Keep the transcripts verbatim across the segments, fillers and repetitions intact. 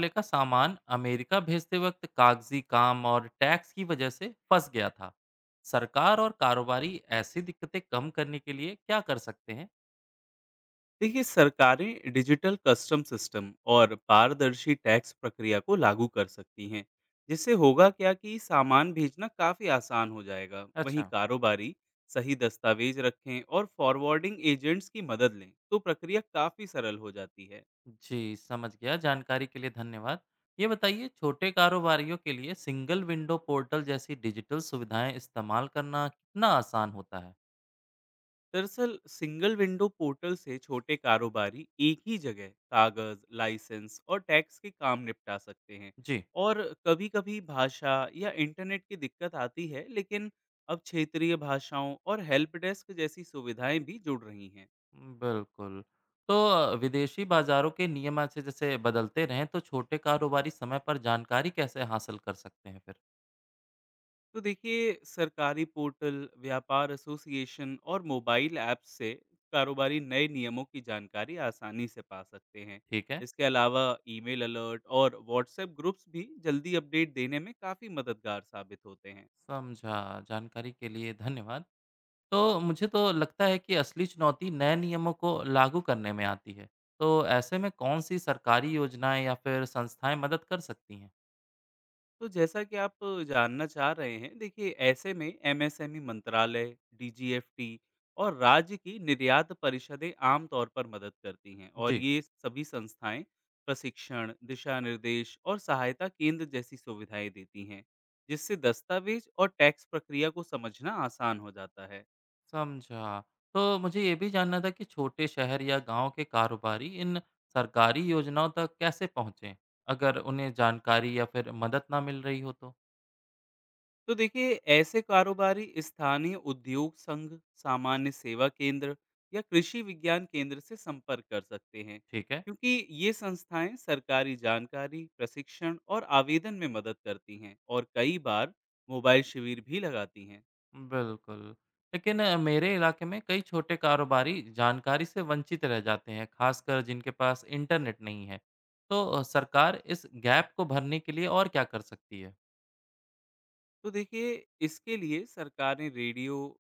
ले का सामान अमेरिका भेजते वक्त कागजी काम और टैक्स की वजह से फंस गया था। सरकार और कारोबारी ऐसी दिक्कतें कम करने के लिए क्या कर सकते हैं? देखिए, सरकारें डिजिटल कस्टम सिस्टम और पारदर्शी टैक्स प्रक्रिया को लागू कर सकती हैं, जिससे होगा क्या कि सामान भेजना काफ़ी आसान हो जाएगा। वहीं अच्छा कारोबारी सही दस्तावेज रखें और फॉरवर्डिंग एजेंट्स की मदद लें तो प्रक्रिया काफ़ी सरल हो जाती है। जी, समझ गया। जानकारी के लिए धन्यवाद। ये बताइए, छोटे कारोबारियों के लिए सिंगल विंडो पोर्टल जैसी डिजिटल सुविधाएं इस्तेमाल करना कितना आसान होता है? दरअसल सिंगल विंडो पोर्टल से छोटे कारोबारी एक ही जगह कागज, लाइसेंस और टैक्स के काम निपटा सकते हैं। जी, और कभी-कभी भाषा या इंटरनेट की दिक्कत आती है, लेकिन अब क्षेत्रीय भाषाओं और हेल्प डेस्क जैसी सुविधाएं भी जुड़ रही हैं। बिल्कुल। तो अ, विदेशी बाजारों के नियम ऐसे जैसे बदलते रहें तो छोटे कारोबारी समय पर जानकारी कैसे हासिल कर सकते हैं फिर? तो देखिए, सरकारी पोर्टल, व्यापार एसोसिएशन और मोबाइल ऐप्स से कारोबारी नए नियमों की जानकारी आसानी से पा सकते हैं। ठीक है। इसके अलावा ईमेल अलर्ट और व्हाट्सएप ग्रुप्स भी जल्दी अपडेट देने में काफ़ी मददगार साबित होते हैं। समझा। जानकारी के लिए धन्यवाद। तो मुझे तो लगता है कि असली चुनौती नए नियमों को लागू करने में आती है। तो ऐसे में कौन-सी सरकारी योजनाएँ या फिर संस्थाएँ मदद कर सकती हैं? तो जैसा कि आप जानना चाह रहे हैं, देखिए, ऐसे में एम एस एम ई मंत्रालय, डी जी एफ टी और राज्य की निर्यात परिषदें आमतौर पर मदद करती हैं। और जी। ये सभी संस्थाएं प्रशिक्षण, दिशा निर्देश और सहायता केंद्र जैसी सुविधाएं देती हैं, जिससे दस्तावेज और टैक्स प्रक्रिया को समझना आसान हो जाता है। समझा। तो मुझे ये भी जानना था कि छोटे शहर या गाँव के कारोबारी इन सरकारी योजनाओं तक कैसे पहुँचे? अगर उन्हें जानकारी या फिर मदद ना मिल रही हो तो? तो देखिए, ऐसे कारोबारी स्थानीय उद्योग संघ, सामान्य सेवा केंद्र या कृषि विज्ञान केंद्र से संपर्क कर सकते हैं, ठीक है। क्योंकि ये संस्थाएं सरकारी जानकारी, प्रशिक्षण और आवेदन में मदद करती हैं और कई बार मोबाइल शिविर भी लगाती हैं। बिल्कुल। लेकिन अ, मेरे इलाके में कई छोटे कारोबारी जानकारी से वंचित रह जाते हैं, खासकर जिनके पास इंटरनेट नहीं है। तो अ, सरकार इस गैप को भरने के लिए और क्या कर सकती है? तो देखिए, इसके लिए सरकार ने रेडियो,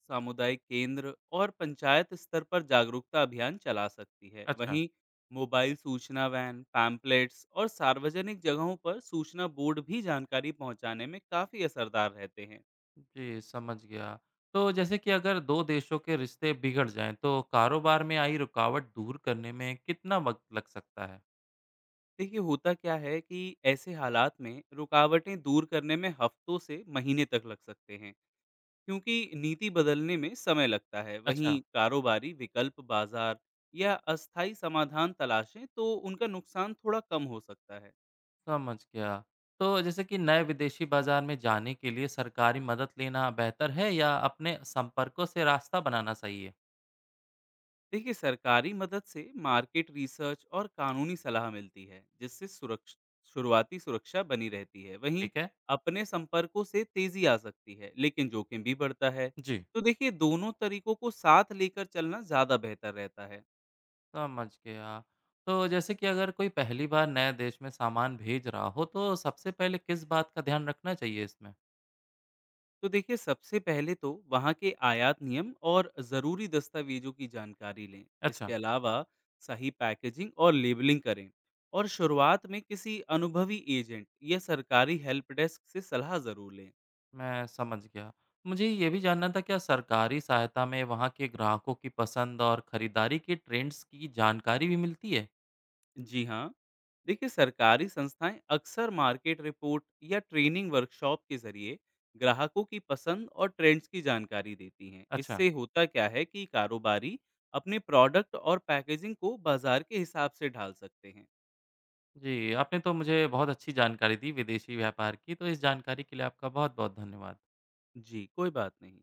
सामुदायिक केंद्र और पंचायत स्तर पर जागरूकता अभियान चला सकती है। अच्छा वहीं मोबाइल सूचना वैन, पैम्पलेट्स और सार्वजनिक जगहों पर सूचना बोर्ड भी जानकारी पहुंचाने में काफ़ी असरदार रहते हैं। जी, समझ गया। तो जैसे कि अगर दो देशों के रिश्ते बिगड़ जाएं, तो कारोबार में आई रुकावट दूर करने में कितना वक्त लग सकता है? देखिए, होता क्या है कि ऐसे हालात में रुकावटें दूर करने में हफ्तों से महीने तक लग सकते हैं, क्योंकि नीति बदलने में समय लगता है। अच्छा वहीं कारोबारी विकल्प बाजार या अस्थायी समाधान तलाशें तो उनका नुकसान थोड़ा कम हो सकता है। समझ गया। तो जैसे कि नए विदेशी बाजार में जाने के लिए सरकारी मदद लेना बेहतर है या अपने संपर्कों से रास्ता बनाना सही है? देखिए, सरकारी मदद से मार्केट रिसर्च और कानूनी सलाह मिलती है, जिससे सुरक्ष शुरुआती सुरक्षा बनी रहती है। वहीं ठीक है। अपने संपर्कों से तेजी आ सकती है, लेकिन जोखिम भी बढ़ता है। जी, तो देखिए, दोनों तरीकों को साथ लेकर चलना ज़्यादा बेहतर रहता है। समझ गया। तो जैसे कि अगर कोई पहली बार नए देश में सामान भेज रहा हो, तो सबसे पहले किस बात का ध्यान रखना चाहिए इसमें? तो देखिए, सबसे पहले तो वहाँ के आयात नियम और ज़रूरी दस्तावेजों की जानकारी लें। इसके अच्छा, अलावा सही पैकेजिंग और लेबलिंग करें, और शुरुआत में किसी अनुभवी एजेंट या सरकारी हेल्प डेस्क से सलाह ज़रूर लें। मैं समझ गया। मुझे ये भी जानना था, क्या सरकारी सहायता में वहाँ के ग्राहकों की पसंद और खरीदारी के ट्रेंड्स की जानकारी भी मिलती है? जी हाँ, देखिए, सरकारी संस्थाएं अक्सर मार्केट रिपोर्ट या ट्रेनिंग वर्कशॉप के ज़रिए ग्राहकों की पसंद और ट्रेंड्स की जानकारी देती हैं। अच्छा। इससे होता क्या है कि कारोबारी अपने प्रोडक्ट और पैकेजिंग को बाजार के हिसाब से ढाल सकते हैं। जी, आपने तो मुझे बहुत अच्छी जानकारी दी विदेशी व्यापार की, तो इस जानकारी के लिए आपका बहुत-बहुत धन्यवाद। जी, कोई बात नहीं।